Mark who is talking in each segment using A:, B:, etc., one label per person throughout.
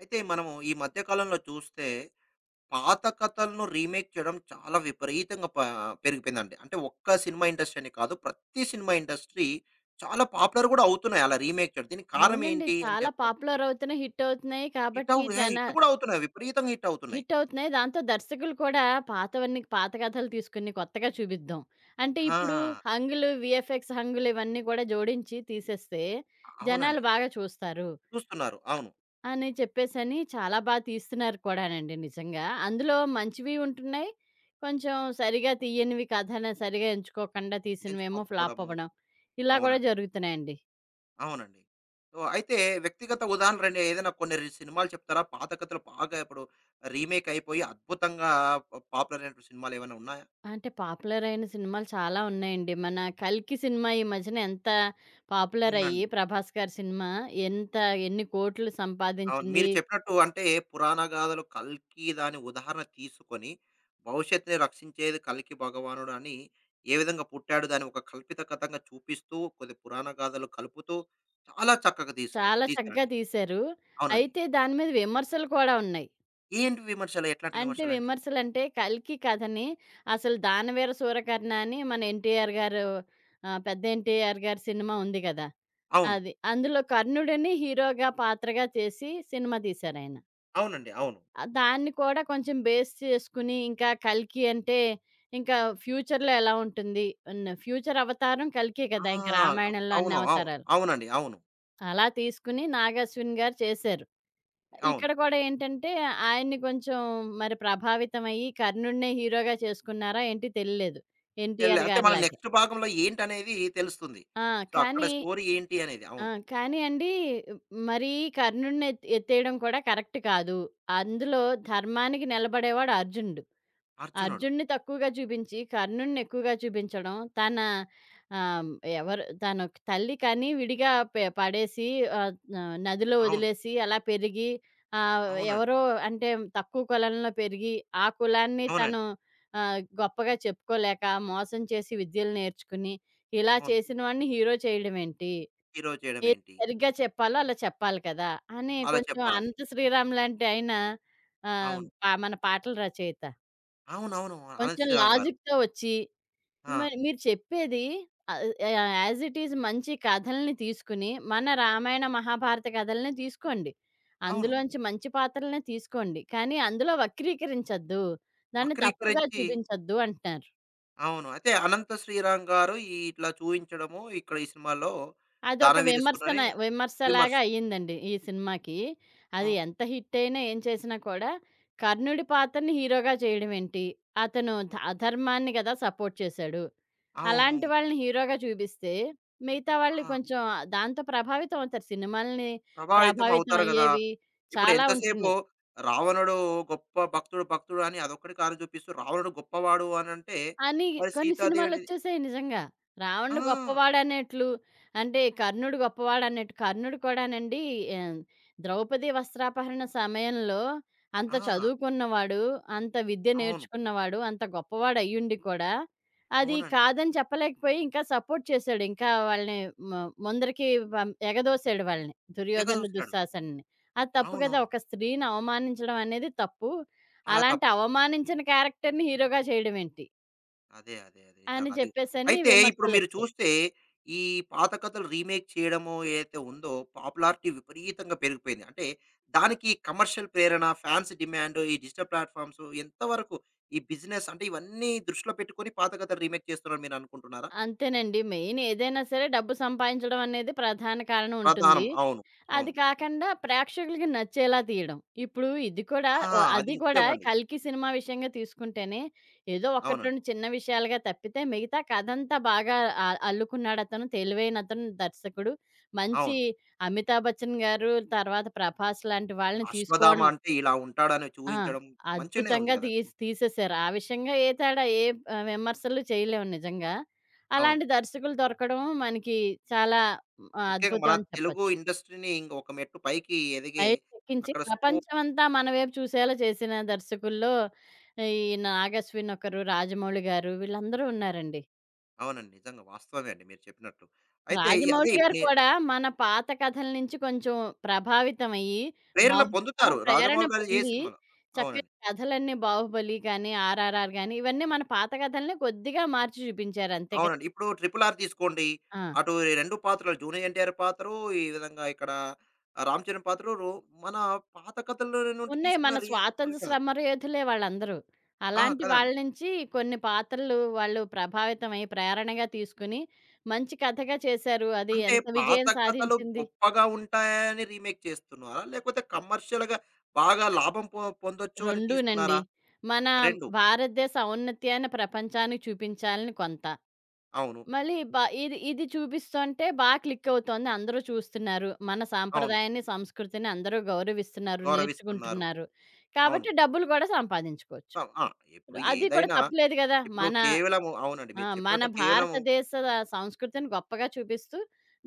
A: అయితే మనము ఈ మధ్య కాలంలో చూస్తే పాత కథలను రీమేక్ చేయడం చాలా విపరీతంగా పెరిగిపోయిందండి. అంటే ఒక్క సినిమా ఇండస్ట్రీ అని కాదు. ప్రతి సినిమా ఇండస్ట్రీ చాలా పాపులర్ కూడా అవుతున్నాయి అలా రీమేక్ చేయడం. దీనికి కారణం
B: అవునండి.
A: ఏంటి అని
B: చాలా
A: చెప్తారు.
B: పాపులర్ అవుతున్నాయి. హిట్ అవుతున్నాయి.
A: హిట్
B: కాబట్టి
A: అవ్ ఏ
B: జన
A: హిట్ కూడా అవుతున్నాయి. విపరీతంగా హిట్ అవుతున్నాయి.
B: హిట్ అవుతున్నాయి. దాంతో దర్శకులు కూడా పాతవన్నీ పాత కథలు తీసుకొని కొత్తగా చూపిద్దాం. అంటే ఇప్పుడు
A: ఆ!
B: హంగులు, వీఎఫ్ఎక్స్ హంగులు ఇవన్నీ కూడా జోడించి తీసేస్తే జనాలు
A: అవునండి.
B: బాగా చూస్తారు
A: చూస్తున్నారు. అవును.
B: అని చెప్పేసని చాలా బా తీస్తున్నారు కూడానండి నిజంగా. అందులో మంచివి ఉంటున్నాయి. కొంచెం సరిగా తీయనివి కథను సరిగా ఎంచుకోకుండా తీసినవేమో ఫ్లాప్
A: ఎంచుకోకపోవడము.
B: అవ్వడం. ఇలా కూడా
A: అవునండి.
B: జరుగుతున్నాయండి.
A: అవునండి. అయితే వ్యక్తిగత ఉదాహరణ రెండు ఏదైనా కొన్ని సినిమాలు చెప్తారా? పాత కథలు బాగా ఇప్పుడు రీమేక్ అయిపోయి అద్భుతంగా పాపులర్ అయినటువంటి సినిమాలు ఏమైనా ఉన్నాయా?
B: అంటే పాపులర్ అయిన సినిమాలు చాలా ఉన్నాయండి. మన 'కల్కి' సినిమా ఈ మధ్యన ఎంత పాపులర్
A: అవునండి.
B: అయ్యి 'ప్రభాస్' గారి సినిమా ఎంత ఎన్ని కోట్లు
A: అవును. మీరు
B: సంపాదించింది.
A: చెప్పినట్టు అంటే పురాణ గాథలు కల్కి దాని ఉదాహరణ తీసుకొని, భవిష్యత్తుని రక్షించేది కల్కి భగవానుడని ఏ విధంగా పుట్టాడు దాన్ని ఒక కల్పిత కథంగా చూపిస్తూ, కొన్ని పురాణ గాథలు కలుపుతూ చాలా చక్కగా
B: చాలా చక్కగా
A: తీశారండి.
B: తీశారు.
A: అవునండి.
B: అయితే దాని మీద విమర్శలు కూడా ఉన్నాయి.
A: ఏంటి విమర్శలు? ఎట్లాంటి
B: అంటే
A: విమర్శలండి?
B: విమర్శలంటే 'కల్కి' కథని అసలు 'దానవీర సూరకర్ణ' అని మన 'ఎన్టీఆర్' గారు పెద్ద 'ఎన్టీఆర్' గారి సినిమా ఉంది గదా!
A: అవును.
B: అది. అందులో కర్ణుడిని హీరోగా పాత్రగా చేసి సినిమా తీశారాయన.
A: అవునండి. అవును.
B: దాన్ని కూడా కొంచెం బేస్ చేసుకొని, ఇంకా 'కల్కి' అంటే ఇంకా ఫ్యూచర్‌లో ఎలా ఉంటుంది? అన్న ఫ్యూచర్ అవతారం కల్కే
A: ఆ!
B: కదా! ఇంక రామాయణంలో అన్ని
A: అవును. అవును.
B: అవతారాలు.
A: అవునండి. అవును.
B: అలా తీసుకుని నాగార్జున గారు చేశారు.
A: అవును.
B: ఇక్కడ కూడా ఏంటంటే, ఆయన్ని కొంచెం మరి ప్రభావితమయ్యి కర్ణుడినే హీరోగా చేసుకున్నారా ఏంటి తెలీలేదు. 'ఎన్టీఆర్'
A: అంటే మన
B: గారిలాగే.
A: నెక్స్ట్ భాగంలో ఏంటనేది తెలుస్తుంది.
B: ఆ!
A: అక్కడ
B: కానీ
A: స్టోరీ ఏంటి అనేది.
B: ఆ!
A: అవును.
B: కానీ అండి మరీ కర్ణుడిని ఎత్తేయడం కూడా కరెక్ట్ కాదు. అందులో ధర్మానికి నిలబడేవాడు అర్జునుడు.
A: అర్జునుడు.
B: అర్జున్ని తక్కువగా చూపించి, కర్ణుడిని ఎక్కువగా చూపించడం. తన ఆహ్, ఎవరు తను తల్లి కని విడిగా పడేసి ఆహ్, ఆహ్, నదిలో
A: అవును.
B: వదిలేసి అలా పెరిగి ఆహ్,
A: అవునండి.
B: ఎవరో అంటే తక్కువ కులంలో పెరిగి, ఆ కులాన్ని
A: అవునండి.
B: తను గొప్పగా చెప్పుకోలేక, మోసం చేసి విద్యలు నేర్చుకుని, ఇలా
A: అవును.
B: చేసిన వాడిని హీరో చేయడమేంటి?
A: హీరో చేయడం
B: ఏది
A: ఏంటి?
B: సరిగ్గా చెప్పాలో అలా చెప్పాలి కదా! అని
A: అలా
B: కొంచెం
A: చెప్పాలి.
B: అనంత శ్రీరామ్ లాంటి ఆయన ఆహ్,
A: అవును.
B: ప మన పాటల రచయిత.
A: అవునవును. 'అనంత్
B: కొంచెం
A: శ్రీరామ్' గారు.
B: లాజిక్‌తో వచ్చి,
A: ఆ!
B: మరి మీరు చెప్పేది ఆహ్, యాహ్! యాజ్ ఇట్ ఈజ్ మంచి కథల్ని తీసుకుని, మన రామాయణ, మహాభారత కథల్ని తీసుకోండి.
A: అవును.
B: అందులోంచి మంచి పాత్రలనే తీసుకోండి. కానీ అందులో వక్రీకరించొద్దు. దాన్ని తప్పుగా
A: వక్రీకరించి
B: చూపించొద్దు అంటున్నారు.
A: అవును. అయితే 'అనంత శ్రీరామ్' గారు ఈ ఇట్లా చూయించడము ఇక్కడ ఈ సినిమాలో
B: అదొక
A: 'దానవీర శూర'ని విమర్శ.
B: విమర్శలాగా అయ్యిందండి ఈ సినిమాకి.
A: ఓకే.
B: అది ఎంత హిట్టయినా, ఏం చేసినా కూడా కర్ణుడి పాత్రని హీరోగా చేయడమేంటి? అతను అధర్మాన్ని గదా సపోర్ట్ చేశాడు.
A: అవును.
B: అలాంటి వాళ్ళని హీరోగా చూపిస్తే, మిగతా వాళ్ళు
A: ఆ!
B: కొంచెం దాంతో ప్రభావితం అవుతారు. సినిమాల్ని
A: ప్రభావితం
B: ప్రభావితం
A: అవుతారు గదా!
B: అయ్యేవి
A: ఇప్పుడు
B: చాలా
A: ఎంతసేపు
B: ఉంటున్నాయి.
A: రావణుడు గొప్ప భక్తుడు అని అదొక్కటి కారణం చూపిస్తూ రావణుడు గొప్పవాడు అనంటే
B: అని
A: మరి
B: కొన్ని
A: సీతాదేవిని
B: సినిమాలొచ్చేసాయి నిజంగా.
A: ఆ!
B: 'రావణుడు గొప్పవాడనేట్లు' అంటే 'కర్ణుడు గొప్పవాడనేట్టు' 'కర్ణుడు' కూడానండి ఆహ్, ద్రౌపది వస్త్రాపహరణ సమయంలో అంత
A: ఆ!
B: చదువుకున్నవాడు, అంత విద్య
A: అవును.
B: నేర్చుకున్నవాడు, అంత గొప్పవాడయ్యుండి కూడా అది
A: అవునండి.
B: కాదని చెప్పలేకపోయి ఇంకా సపోర్ట్ చేశాడు. ఇంకా వాళ్ళని మ ముందరికి ఎగదోసాడు వాళ్ళని. దుర్యోధనుడు,
A: ఎగదోశాడు.
B: దుశ్శాసనుడిని. అది తప్పు కదా!
A: అవునవును.
B: ఒక స్త్రీని అవమానించడం అనేది తప్పు.
A: చాలా తప్పు.
B: అలాంటి అవమానించిన క్యారెక్టర్‌ని హీరోగా చేయడమేంటి?
A: అదే. అదే. అదే.
B: అని
A: నిజంగా అది.
B: చెప్పేసని
A: అయితే ఇప్పుడు మీరు
B: విమర్శలొచ్చాయి.
A: చూస్తే ఈ పాత కథలు రీమేక్ చేయడము ఏదైతే ఉందో పాపులారిటీ విపరీతంగా పెరిగిపోయింది. అంటే దానికి కమర్షియల్ ప్రేరణ, ఫ్యాన్స్ డిమాండ్, ఈ డిజిటల్ ప్లాట్‌ఫార్మ్స్ ఎంతవరకు ఈ బిజినెస్ అంటే ఇవన్నీ దృష్టిలో పెట్టుకొని పాత కథలు రీమేక్ చేస్తున్నారని మీరు అనుకుంటున్నారా?
B: అంతేనండి. మెయిన్ ఏదైనా సరే డబ్బు సంపాదించడం అనేది ప్రధాన కారణం ఉంటుంది.
A: ప్రధానం. అవును. అవును.
B: అది కాకుండా ప్రేక్షకులకి నచ్చేలా తీయడం. ఇప్పుడు ఇది కూడా
A: ఆ! అది
B: అది కూడా
A: ముఖ్యమండి.
B: 'కల్కి' సినిమా విషయంగా తీసుకుంటేనే ఏదో 1,
A: అవునండి.
B: 2 చిన్న విషయాలుగా తప్పితే మిగతా కథంతా బాగా అల్లుకున్నాడతను. తెలివైనతను దర్శకుడు. మంచి
A: అవును.
B: 'అమితాబ్ బచ్చన్' గారు, తర్వాత 'ప్రభాస్' లాంటి వాళ్ళని
A: అశ్వధామ
B: తీసుకోవడం.
A: అంటే ఇలా ఉంటాడని
B: ఆ!
A: చూయించడం మంచిగానే ఉంది
B: అద్భుతంగా
A: గదండీ.
B: తీసేశారు. ఆ విషయంగా ఏ తేడా విమర్శలు చేయలేము నిజంగా.
A: అవును.
B: అలాంటి దర్శకులు దొరకడం మనకి చాలా
A: ముఖ్యంగా మన
B: అద్భుతం అని
A: తెలుగు
B: చెప్పొచ్చు.
A: ఇండస్ట్రీని ఇంక ఒక మెట్టు పైకి ఎదిగే
B: పైకెక్కించి
A: అక్కడ స్కోప్
B: ప్రపంచమంతా మన వైపు చూసేలా చేసిన దర్శకుల్లో ఈ నాగశ్విన్ ఒకరు, రాజమౌళి గారు వీళ్ళందరూ ఉన్నారండి.
A: అవునండి. నిజంగా వాస్తవమే అండి మీరు చెప్పినట్లు. అయితే ఈ అదే
B: రాజమౌళి
A: ఇప్పుడు
B: గారు
A: నే
B: కూడా మన పాత కథల నుంచి కొంచెం ప్రభావితమయ్యి,
A: ప్రేరణ
B: బాహు ఆ!
A: పొందుతారు.
B: ప్రేరణ
A: రాజమౌళి గారి ఏ
B: పొంది
A: సినిమాలో
B: చక్కటి
A: అవునండి.
B: కథలన్నీ 'బాహుబలి' కానీ, 'ఆర్ఆర్ఆర్' గాని ఇవన్నీ మన పాత కథలనే కొద్దిగా మార్చి చూపించారు అంతే కదా!
A: అవునండి. ఇప్పుడు 'ట్రిపుల్ ఆర్' తీసుకోండి.
B: ఆ!
A: అటు ఈ 2 పాత్రలు 'జూనియర్ ఎన్టీఆర్' పాత్ర, ఈ విధంగా ఇక్కడ ఆహ్, 'రామ్ చరణ్' పాత్రలు మన పాత కథల నుండి
B: ఉన్నాయి.
A: తీసుకున్న
B: మన స్వాతంత్ర
A: కదా!
B: సమరయోధులే వాళ్ళందరూ.
A: ఆ!
B: అలాంటి వాళ్ళ
A: కదండీ.
B: నుంచి కొన్ని పాత్రలు వాళ్ళు ప్రభావితమై, ప్రేరణగా తీసుకొని మంచి కథగా చేశారు. అది
A: అంటే
B: ఎంత
A: పాత
B: విజయం
A: కథలు
B: సాధించింది.
A: గొప్పగా ఉంటాయని రీమేక్ చేస్తున్నారా? లేకపోతే కమర్షియల్‌గా బాగా లాభం పొందొచ్చు అని
B: రెండూనండి.
A: తీస్తున్నారా?
B: మన
A: 2
B: భారతదేశ ఔన్నత్యాన్ని ప్రపంచానికి చూపించాలని కొంత.
A: అవును.
B: మళ్ళీ బ ఇది ఇది చూపిస్తుంటే బా క్లిక్కవుతోంది. అందరూ చూస్తున్నారు. మన
A: అవును.
B: సాంప్రదాయాన్ని, సంస్కృతిని అందరూ గౌరవిస్తున్నారు,
A: గౌరవిస్తున్నారు.
B: నేర్చుకుంటున్నారు.
A: అవును.
B: కాబట్టి డబ్బులు కూడా సంపాదించుకోవచ్చు.
A: ఆ! ఇప్పుడు
B: అది కూడా
A: ఏదైనా
B: తప్పులేదు గదా!
A: ఇప్పుడు
B: మన
A: కేవలము అవునండి.
B: ఆ!
A: మీరు
B: మన
A: చెప్పినట్టు కేవలం
B: భారతదేశ సంస్కృతిని గొప్పగా చూపిస్తూ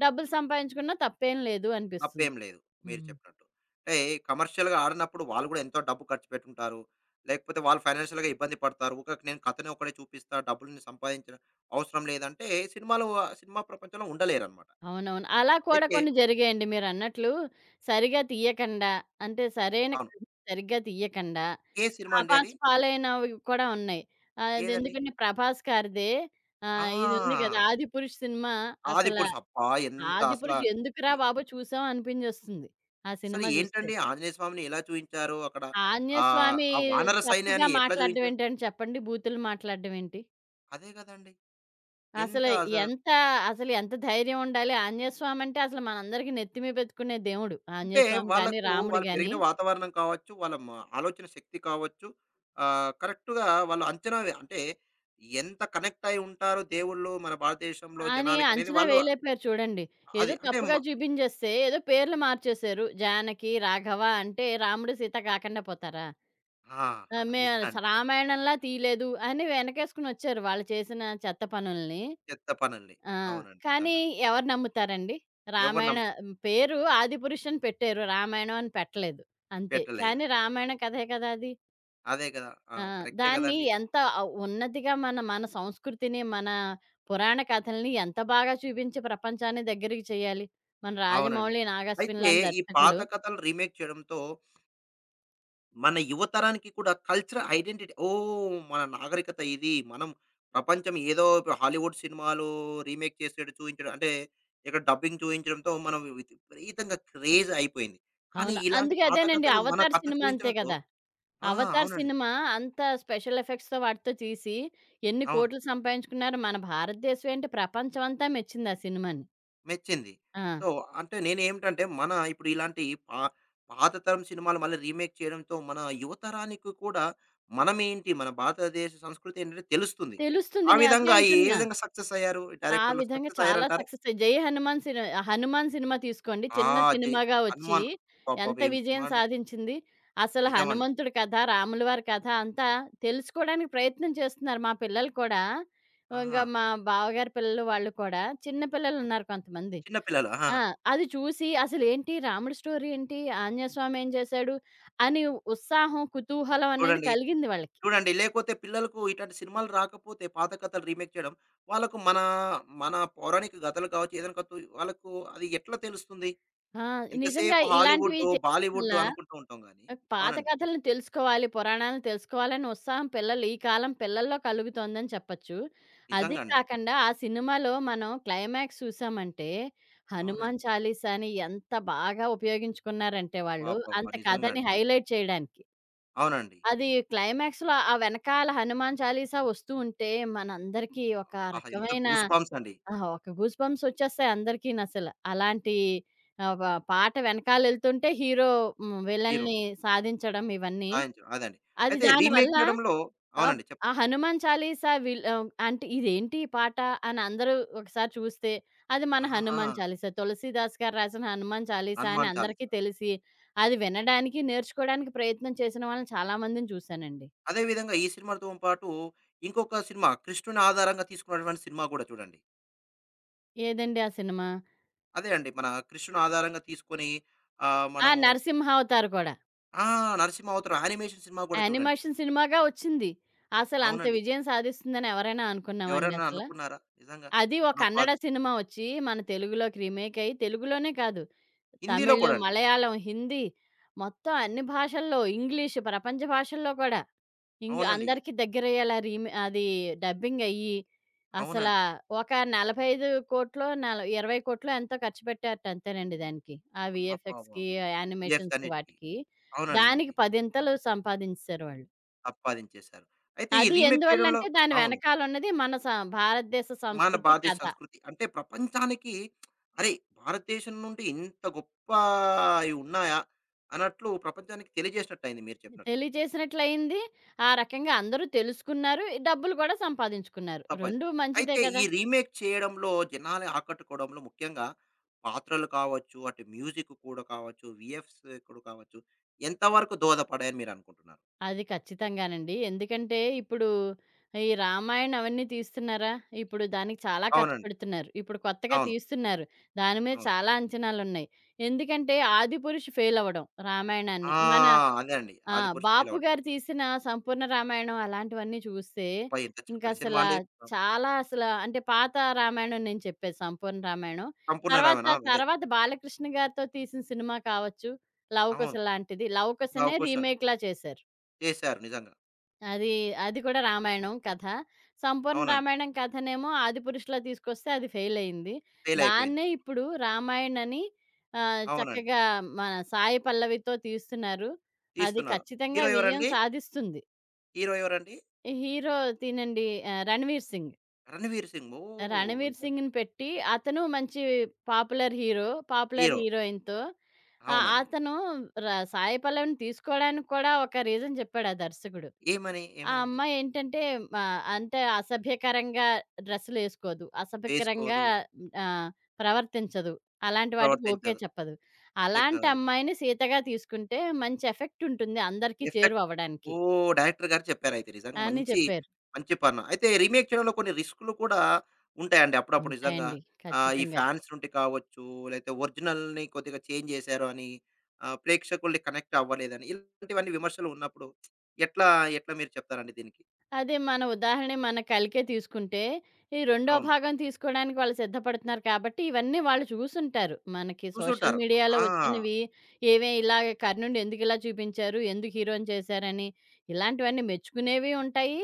B: డబ్బులు సంపాదించుకున్నా తప్పేం లేదు అనిపిస్తుంది.
A: తప్పేం లేదు. మీరు
B: హ్మ్.
A: చెప్పినట్టు. అంటే కమర్షియల్‌గా ఆడినప్పుడు వాళ్ళు కూడా ఎంతో డబ్బు ఖర్చు పెట్టుంటారు. లేకపోతే వాళ్ళు ఫైనాన్షియల్‌గా ఇబ్బంది పడతారు. ఊకక నేను కథని ఒకడే చూపిస్తా, డబ్బుల్ని సంపాదించడం అవసరం లేదంటే సినిమాలో సినిమా ప్రపంచంలో ఉండలేరనమాట.
B: అవునవును. అలా కూడా
A: అయితే
B: కొన్ని జరిగాయండి మీరన్నట్లు. సరిగా తీయకండా, అంటే సరైన
A: అవును.
B: కథ సరిగ్గా తీయకండా
A: ఏ సినిమా అండి అది?
B: ఆభాసు పాలైనవి కూడా ఉన్నాయి.
A: ఏదండి?
B: అదెందుకంటే 'ప్రభాస్' గారిదే ఇదుంది
A: ఆ!
B: కదా! 'ఆదిపురుష్' సినిమా అసల
A: 'ఆదిపురుష్' అబ్బా! ఎంత అసల
B: 'ఆదిపురుష్' ఎందుకురా
A: ఎ
B: బాబు చూసాం అనిపించేస్తుంది. ఆ
A: అసలు
B: సినిమా చూస్తే.
A: ఏంటండి ఆంజనేయ స్వామిని ఎలా చూయించారు అక్కడ? ఆహ్,
B: ఆంజనేయస్వామి
A: ఆ వానర
B: తప్పుగా
A: సైన్యాన్ని ఎట్లా
B: మాట్లాడడం
A: చూయించారు?
B: ఏంటని చెప్పండి? బూతులు మాట్లాడడం ఏంటి?
A: అదే గదండీ! ఎంత
B: అసలు
A: అసలు
B: ఎంత అసలు ఎంత ధైర్యం ఉండాలి. ఆంజనేయస్వామి అంటే అసలు మనందరికీ నెత్తి మీద పెట్టుకునే దేవుడు.
A: అంటే
B: ఆంజనేయస్వామి గాని,
A: వాళ్ళకు
B: రాముడు
A: వాళ్ళు
B: గాని
A: పెరిగిన వాతావరణం కావచ్చు, వాళ్ళ మ ఆలోచన శక్తి కావచ్చు, ఆహ్, కరెక్ట్‌గా వాళ్ళు అంచనా వే అంటే ఎంత కనెక్ట్ అయ్యి ఉంటారు దేవుళ్ళు మన భారతదేశంలో
B: అని
A: జనాలకనేది
B: అంచనా
A: వాళ్ళు
B: వేయలేపోయారు చూడండి.
A: అది
B: ఏదో
A: అంటే మ
B: తప్పుగా చూపించేస్తే ఏదో పేర్లు మార్చేశారు. జానకి, రాఘవ అంటే రాముడు, సీత కాకుండా పోతారా?
A: ఆ! ఆ,
B: ఆహ్, మే
A: నిజాన్ని.
B: రామాయణంలా తీయలేదు అని వెనకేసుకొనొచ్చారు వాళ్ళు చేసిన చెత్త పనుల్ని.
A: చెత్త పనుల్ని.
B: ఆ!
A: అవునండి.
B: కానీ
A: నిజంగా.
B: ఎవరు నమ్ముతారండి?
A: ఎవరు నమ్మ
B: రామాయణ పేరు ఆదిపురుష్ అని పెట్టారు. రామాయణం అని పెట్టలేదు. అంతే.
A: పెట్టలేదు.
B: కానీ రామాయణ కథే కదా అది.
A: అదే కదా! ఆ!
B: ఆ!
A: కరెక్టే
B: దాన్ని
A: గదండీ!
B: ఎంత ఉన్నతిగా మన సంస్కృతిని, మన పురాణ కథల్ని ఎంత బాగా చూపించి ప్రపంచాన్ని దగ్గరికి చేయాలి. మన
A: అవునండి.
B: 'రాజమౌళి', 'నాగార్జున'
A: అయితే
B: లాంటి
A: ఈ పాత
B: దర్శకులు.
A: కథలు రీమేక్ చేయడంతో మన యువతరానికి కూడా కల్చరల్ ఐడెంటిటీ. ఓహ్! మన నాగరికత ఇది. మనం ప్రపంచం ఏదో ఇప్పుడు హాలీవుడ్ సినిమాలు రీమేక్ చూయించడం అంటే ఇక్కడ డబ్బింగ్ చూయించడంతో మనం విపరీతంగా క్రేజ్ అయిపోయింది. కానీ
B: అవును.
A: ఇలాంటి
B: అందుకే
A: పాత
B: అదేనండి
A: కథలు మన
B: 'అవతార్'
A: కథ
B: సినిమా అంతే
A: చూయించడంతో
B: కదా!
A: ఆ!
B: 'అవతార్'
A: అవునండి.
B: సినిమా అంత స్పెషల్ ఎఫెక్ట్స్‌తో వాటితో తీసి ఎన్ని
A: అవును.
B: కోట్లు సంపాదించుకున్నారు. మన భారతదేశం ఏంటి ప్రపంచం అంతా మెచ్చింది ఆ సినిమాని.
A: మెచ్చింది.
B: ఆ!
A: సో, అంటే నేనేమిటంటే, మన ఇప్పుడు ఇలాంటి పా పాత తరం సినిమాలు మళ్ళీ రీమేక్ చేయడంతో, మన యువతరానికి కూడా మనమేంటి, మన భారతదేశ సంస్కృతి ఏంటంటే తెలుస్తుంది.
B: తెలుస్తుంది.
A: ఆ
B: నేను అదే
A: విధంగా ఏ
B: అంటున్నా.
A: విధంగా సక్సెస్ అయ్యారు ఈ
B: ఆ
A: డైరెక్టర్‌లు?
B: విధంగా
A: సక్సెస్
B: చాలా
A: అయ్యారంటారా?
B: సక్సెస్. 'జై హనుమాన్' సిని 'హనుమాన్' సినిమా తీసుకోండి.
A: ఆ!
B: చిన్న
A: 'జై
B: సినిమాగా వచ్చి
A: హనుమాన్'
B: ఎంత
A: అబ్బబ్బబ్బా! ఏం సినిమా
B: విజయం
A: అండి.
B: సాధించింది. అసలు
A: నిజమండి.
B: హనుమంతుడి కథ, రాముల వారి కథ అంతా తెలుసుకోవడానికి ప్రయత్నం చేస్తున్నారు మా పిల్లలు కూడా.
A: ఆహా!
B: ఇంగా మా బావగారి పిల్లలు వాళ్ళు కూడా చిన్న పిల్లలున్నారు కొంతమంది.
A: చిన్న పిల్లలు. ఆ!
B: ఆ! అది చూసి అసలేంటి రాముడి స్టోరీ ఏంటి? ఆంజనేయ స్వామి ఏం చేశాడు? అని ఉత్సాహం, కుతూహలం అనేది
A: చూడండి,
B: కలిగింది వాళ్ళకి.
A: చూడండి లేకపోతే పిల్లలకు ఇట్లాంటి సినిమాలు రాకపోతే పాత కథలు రీమేక్ చేయడం, వాళ్ళకు మన, మన పౌరాణిక గతలు కావచ్చు, ఏదైనా కావచ్చు, వాళ్ళకు అది ఎట్లా తెలుస్తుంది?
B: ఆ! నిజంగా
A: ఎంతసేపు
B: ఇలాంటివి
A: హాలీవుడ్డు,
B: చేయడం వల్ల
A: బాలీవుడ్డు అనుకుంటూ ఉంటాం గానీ
B: పాత
A: అవునండి.
B: కథలను తెలుసుకోవాలి, పురాణాలను తెలుసుకోవాలనే ఉత్సాహం పిల్లలు ఈ కాలం పిల్లల్లో కలుగుతోందని చెప్పచ్చు. అది
A: నిజంగా అండి.
B: కాకండా ఆ సినిమాలో మనం క్లైమాక్స్ చూసామంటే, హనుమాన్
A: అవునండి.
B: చాలీసాని ఎంత బాగా ఉపయోగించుకున్నారంటే వాళ్ళు,
A: అబ్బబ్బా!
B: అంత
A: నిజంగా
B: కథని
A: అండి.
B: హైలైట్ చేయడానికి.
A: అవునండి.
B: అది క్లైమాక్స్‌లో ఆ వెనకాల హనుమాన్ చాలీసా వస్తూ ఉంటే, మనందరికీ ఒక
A: ఆహా! ఎంత
B: రకమైన
A: గూస్ బంప్స్ అండి.
B: ఆహా! ఒక గూస్ బంప్స్ వచ్చేస్తాయి అందరికీనసల. అలాంటి ఆహ్, వ పాట వెనకాలెళ్తుంటే హీరో హ్మ్.
A: హీరో.
B: విలన్ని సాధించడం ఇవన్నీ.
A: సాయంత్రం అదండి.
B: అది
A: అయితే
B: దానివల్ల
A: రీమేక్ చేయడంలో
B: ఆహ్,
A: అవునండి.
B: ఆ
A: చెప్పండి.
B: హనుమాన్ చాలీసా అంటే ఇదేంటి ఈ పాట అని అందరూ ఒకసారి చూస్తే, అది మన
A: ఆహా!
B: హనుమాన్ చాలీసా. తులసీదాస్ గారు రాసిన హనుమాన్ చాలీసా అని
A: 'హనుమాన్ చాలీసా'.
B: అందరికీ తెలిసి, అది వినడానికి, నేర్చుకోవడానికి ప్రయత్నం చేసిన వాళ్ళని చాలా మందిని చూశానండి.
A: అదే విధంగా ఈ సినిమాతో పాటు ఇంకొక సినిమా కృష్ణుని ఆధారంగా తీసుకున్నటువంటి సినిమా కూడా చూడండి.
B: ఏదండి ఆ సినిమా?
A: అదే అండి. మన కృష్ణుని ఆధారంగా తీసుకొని ఆహ్, మనము
B: నరసింహావతార్ కూడా.
A: ఆ! 'నరసింహ అవతారం' యానిమేషన్ సినిమా కూడా చూడండి.
B: యానిమేషన్ సినిమాగా వచ్చింది. అసలంత
A: అవునండి.
B: విజయం సాధిస్తుందని ఎవరైనా అనుకున్నామండి
A: ఎవరన్నా
B: అసల?
A: అనుకున్నారా? నిజంగా
B: అది ఓ
A: మన
B: కన్నడ
A: పది
B: సినిమా వచ్చి, మన తెలుగులోకి రీమేక్ అయ్యి, తెలుగులోనే కాదు,
A: హిందీలో
B: తమిళ్,
A: కూడా అండి.
B: మలయాళం, హిందీ మొత్తం అన్ని భాషల్లో, ఇంగ్లీష్ ప్రపంచ భాషల్లో కూడా.
A: అవునండి.
B: అందరికి దగ్గరయ్యేలా రీమే అది డబ్బింగ్ అయ్యి, అసలా
A: అవునండి.
B: ఒక 45,00,00,000 నల 20,00,00,000 ఎంతో ఖర్చు పెట్టారట అంతేనండి దానికి. ఆ వీఎఫ్ఎక్స్‌కి,
A: అబ్బబ్బబ్బా! ఎఫ్
B: యానిమేషన్స్‌కి
A: అన్నిటికి.
B: వాటికి. దానికి
A: అవునండి.
B: పదింతలు సంపాదించేసారు వాళ్ళు.
A: సంపాదించేశారు. అయితే ఈ
B: అది
A: రీమేక్ చేయడంలో
B: ఎందువల్లంటే దాని
A: అవును.
B: వెనకాలున్నది మన స భారతదేశ
A: మన
B: సంస్కృతి
A: భారతదేశ
B: కథ.
A: సంస్కృతి అంటే ప్రపంచానికి అరే! భారతదేశం నుండి ఇంత గొప్పయి ఉన్నాయా? అన్నట్లు ప్రపంచానికి తెలియజేసినట్టయింది మీరు చెప్పినట్లు.
B: తెలియజేసినట్లయింది. ఆ రకంగా అందరూ తెలుసుకున్నారు. ఈ డబ్బులు కూడా సంపాదించుకున్నారు.
A: తప్పదు.
B: 2 మంచిదే
A: అయితే ఈ
B: కదా!
A: రీమేక్ చేయడంలో జనాల్ని ఆకట్టుకోవడంలో ముఖ్యంగా పాత్రలు కావచ్చు, అటు మ్యూజిక్ కూడా కావచ్చు, వీఎఫ్స్ కూడా కావచ్చు, ఎంతవరకు దోహదపడాయని మీరనుకుంటున్నారు?
B: అది ఖచ్చితంగానండి. ఎందుకంటే, ఇప్పుడు ఈ రామాయణం అవన్నీ తీస్తున్నారా? ఇప్పుడు దానికి చాలా ఖర్చు
A: అవునండి.
B: పెడుతున్నారు. ఇప్పుడు కొత్తగా
A: అవును.
B: తీస్తున్నారు. దాని మీద
A: అవును.
B: చాలా అంచనాలున్నాయి. ఎందుకంటే, 'ఆదిపురుష్' ఫెయిల్ అవ్వడం రామాయణాన్ని.
A: ఆ!
B: మన
A: అదే అండి.
B: ఆ!
A: 'ఆదిపురుష్'
B: బాపు
A: పిలవండి.
B: గారు తీసిన 'సంపూర్ణ రామాయణం' అలాంటివన్నీ చూస్తే
A: అబ్బా! ఎంత చక్కటి
B: ఇంకసల
A: సినిమా అండి.
B: చాలా అసల అంటే పాత రామాయణం నేను చెప్పేది 'సంపూర్ణ రామాయణం.' తర్వాత,
A: సంపూర్ణరామన్ అవును. అదే.
B: తర్వాత బాలకృష్ణ గారితో తీసిన సినిమా కావచ్చు.
A: అవును.
B: 'లవకుశ' లాంటిది.
A: 'లవ్
B: 'లవకుశ'నే
A: కుశల్'
B: రీమేక్‌లా చేశారు.
A: చేశారు నిజంగా.
B: అది, అది కూడా రామాయణం కథ. 'సంపూర్ణ
A: అవునండి.
B: రామాయణం' కథనేమో ఆదిపురుషులా తీసుకొస్తే అది ఫెయిలయింది.
A: ఫెయిల్ అయిపోయింది.
B: దాన్నే ఇప్పుడు రామాయణ్ అని
A: అవునండి.
B: చక్కగా మన సాయి పల్లవితో తీస్తున్నారు. అది
A: తీస్తున్నారు.
B: ఖచ్చితంగా
A: హీరో
B: విజయం
A: ఎవరండి?
B: సాధిస్తుంది.
A: హీరో ఎవరండి?
B: ఈ హీరో తినండి 'రణ్వీర్ సింగ్.'
A: 'రణవీర్ సింగ్.' ఓహ్!
B: 'రణ్వీర్
A: నిజంగా
B: సింగ్'ని పెట్టి అతను మంచి పాపులర్ హీరో, పాపులర్
A: హీరో.
B: హీరోయిన్‌తో
A: అవునండి.
B: అతను ర సాయి పల్లవిని తీసుకోవడానికి కూడా ఒక రీజన్ చెప్పాడు ఆ దర్శకుడు.
A: ఏమని?
B: ఆ
A: ఏమనండి?
B: అమ్మాయి ఏంటంటే మా అంత అసభ్యకరంగా డ్రెస్సులేసుకోదు. అసభ్యకరంగా
A: వేసుకోదు,
B: ఆహ్, ప్రవర్తించదు. అలాంటి వాటికి ఓకే
A: ప్రవర్తించదు,
B: చెప్పదు. అలాంటి
A: ఎక్కదు.
B: అమ్మాయిని సీతగా తీసుకుంటే మంచి ఎఫెక్ట్ ఉంటుంది అందరికీ
A: ఎఫెక్ట్.
B: చేరువవ్వడానికి
A: ఓహ్! డైరెక్టర్ గారు చెప్పారయితే నిజంగా
B: అని
A: మంచి,
B: చెప్పారు.
A: మంచి పని. అయితే రీమేక్ చేయడంలో కొన్ని రిస్కులు కూడా ఉంటాయండి అప్పుడప్పుడు నిజంగా.
B: ఉంటాయండి.
A: ఆహ్, ఈ
B: ఖచ్చితంగా.
A: ఫ్యాన్స్ నుండి కావచ్చు, లేతే ఒరిజినల్‌ని కొద్దిగా చేంజ్ జేశారు అని, ఆహ్, ప్రేక్షకుల్ని కనెక్ట్ అవ్వలేదని, ఇలాంటివన్నీ విమర్శలు ఉన్నప్పుడు ఎట్లా, ఎట్లా మీరు చెప్తారండి దీనికి?
B: అదే మన ఉదాహరణ మన కలికే తీసుకుంటే, ఈ రెండో
A: అవును.
B: భాగం తీసుకోవడానికి వాళ్ళు సిద్ధపడుతున్నారు కాబట్టి, ఇవన్నీ వాళ్ళు చూసుంటారు. మనకి సోషల్
A: చూసుంటారు.
B: మీడియాలో
A: ఆ!
B: వచ్చినవి, ఏవే ఇలాగ కర్ణుడిని ఎందుకిలా చూపించారు, ఎందుకు హీరోని చేశారని, ఇలాంటివన్నీ మెచ్చుకునేవి ఉంటాయి,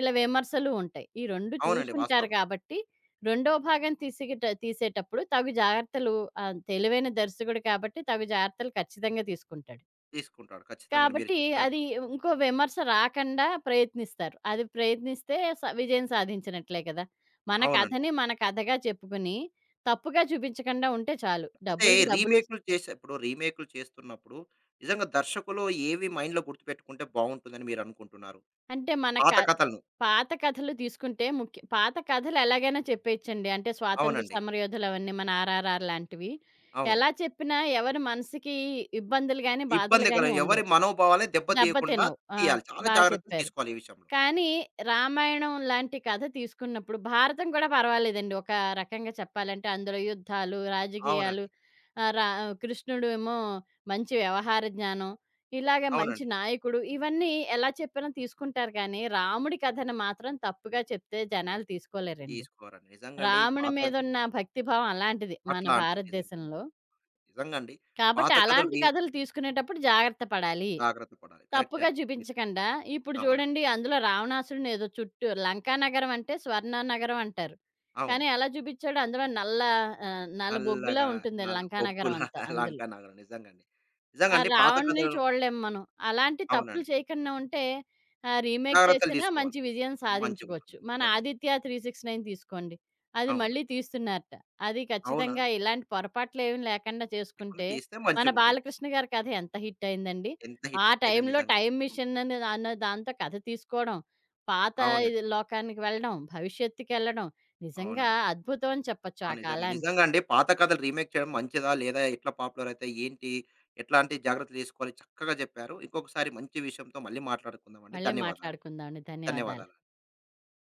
B: ఇలా విమర్శలు ఉంటాయి. ఈ 2
A: అవునండి. వాస్తవం.
B: చూసుంటారు కాబట్టి, రెండో భాగం తీసేటప్పుడు తగు జాగ్రత్తలు తెలివైన దర్శకుడు కాబట్టి, తగు జాగ్రత్తలు ఖచ్చితంగా తీసుకుంటాడు.
A: తీసుకుంటాడు. ఖచ్చితంగా మీరు
B: కాబట్టి
A: చెప్పినట్టు.
B: అది ఇంకో విమర్శ రాకండా ప్రయత్నిస్తారు. అది ప్రయత్నిస్తే స విజయం సాధించినట్లే కదా! మన
A: అవునండి.
B: కథని మన కథగా చెప్పుకుని, తప్పుగా చూపించకుండా ఉంటే చాలు.
A: అయితే
B: డబ్బులకి డబ్బులు
A: రీమేక్‌లు చేసే ఇప్పుడు రీమేక్‌లు చేస్తున్నప్పుడు నిజంగా దర్శకులు ఏవి మైండ్‌లో గుర్తుపెట్టుకుంటే బావుంటుందని మీరనుకుంటున్నారు?
B: అంటే మన క
A: పాత కథలను.
B: పాత కథలు తీసుకుంటే ముఖ్య పాత కథలు ఎలాగైనా చెప్పేయచ్చండి. అంటే స్వాతంత్ర
A: అవునండి.
B: సమరయోధులు అవన్నీ మన 'ఆర్ఆర్ఆర్' లాంటివి.
A: అవును.
B: ఎలా చెప్పినా ఎవరి మనసుకి ఇబ్బందులు గాని, బాధలు
A: ఇబ్బంది కల
B: గాని
A: ఎవరి
B: ఉండవు.
A: మనోభావాల్ని దెబ్బ తీయకుండా
B: దెబ్బతినవు.
A: తీయాలి. చాలా
B: బా
A: జాగ్రత్తలు
B: చెప్పారు.
A: తీసుకోవాలి ఈ విషయంలో.
B: కానీ, రామాయణం లాంటి కథ తీసుకున్నప్పుడు భారతం కూడా పర్వాలేదండి. ఒక రకంగా చెప్పాలంటే అందులో యుద్ధాలు, రాజకీయాలు
A: అవునండి.
B: ఆహ్, రా కృష్ణుడు ఏమో మంచి వ్యవహార జ్ఞానం, ఇలాగ మంచి
A: అవునండి.
B: నాయకుడు ఇవన్నీ ఎలా చెప్పినా తీసుకుంటారు కానీ, రాముడి కథను మాత్రం తప్పుగా చెప్తే జనాలు తీసుకోలేరండి.
A: తీసుకోరండి. నిజంగండి
B: రాముడి
A: పాత
B: మీదున్న భక్తిభావం అలాంటిది మన
A: అట్లాంటిది నిజంగా.
B: భారతదేశంలో.
A: నిజంగండి.
B: కాబట్టి
A: పాత కథలు
B: అలాంటి
A: రీ
B: కథలు తీసుకునేటప్పుడు జాగ్రత్త పడాలి.
A: జాగ్రత్త పడాలి. కరెక్టే
B: తప్పుగా
A: అండి. మీరు
B: చూపించకండా, ఇప్పుడు
A: అవునండి.
B: చూడండి అందులో రావణాసురుడిని ఏదో చుట్టూ లంకా నగరం అంటే స్వర్ణ నగరం అంటారు.
A: అవును.
B: కానీ ఎలా చూపించాడో అందులో నల్ల నల్ల బొగ్గులా
A: నల్లగా
B: ఉంటుంది లంకా నగరం
A: పొగ్గులా
B: అంతా
A: లంక
B: అందులో.
A: నగలు నిజంగండి. నిజంగండి పాత
B: రావణ్‌ని
A: కథలు
B: చూడలేము మనం. అలాంటి తప్పులు
A: అవునండి.
B: చేయకుండా ఉంటే రీమేక్
A: జాగ్రత్తలు
B: చేసినా
A: తీసుకోవాలి.
B: మంచి విజయం సాధించుకోవచ్చు.
A: మంచిగుంటుందండి.
B: మన
A: నిజంగండి.
B: 'ఆదిత్య 369' తీసుకోండి. అది
A: అవును.
B: మళ్ళీ తీస్తున్నారట. అది
A: అవునా?
B: ఖచ్చితంగా ఇలాంటి పొరపాట్లేమి లేకుండా
A: లేకుండా
B: చేసుకుంటే
A: తీస్తే
B: మన
A: మంచిగుంటుంది.
B: బాలకృష్ణ గారి కథ ఎంత హిట్ అయిందండి.
A: ఎంత హిట్
B: ఆ
A: అయిందని
B: టైంలో
A: నిజంగండి.
B: టైమ్ మిషన్ అనే అన్న దాంతో కథ తీసుకోవడం, పాత
A: అవునండి.
B: ఇది లోకానికి వెళ్ళడం, భవిష్యత్తుకెళ్ళడం నిజంగా
A: అవునండి.
B: అద్భుతం అని చెప్పొచ్చు
A: ఆ!
B: ఆ
A: నిజంగా.
B: కాలానికి.
A: నిజంగండి. పాత కథలు రీమేక్ చేయడం మంచిదా? లేదా ఎట్లా పాపులర్ అయితాయి? ఏంటి? ఎట్లాంటి జాగ్రత్తలు తీసుకోవాలి? చక్కగా జెప్పారు. ఇంకొకసారి మంచి విషయంతో మళ్ళీ మాట్లాడుకుందామండి.
B: మళ్ళీ
A: ధన్యవాదాలు.
B: మాట్లాడుకుందామండి. ధన్యవాదాలు.
A: ధన్యవాదాలు.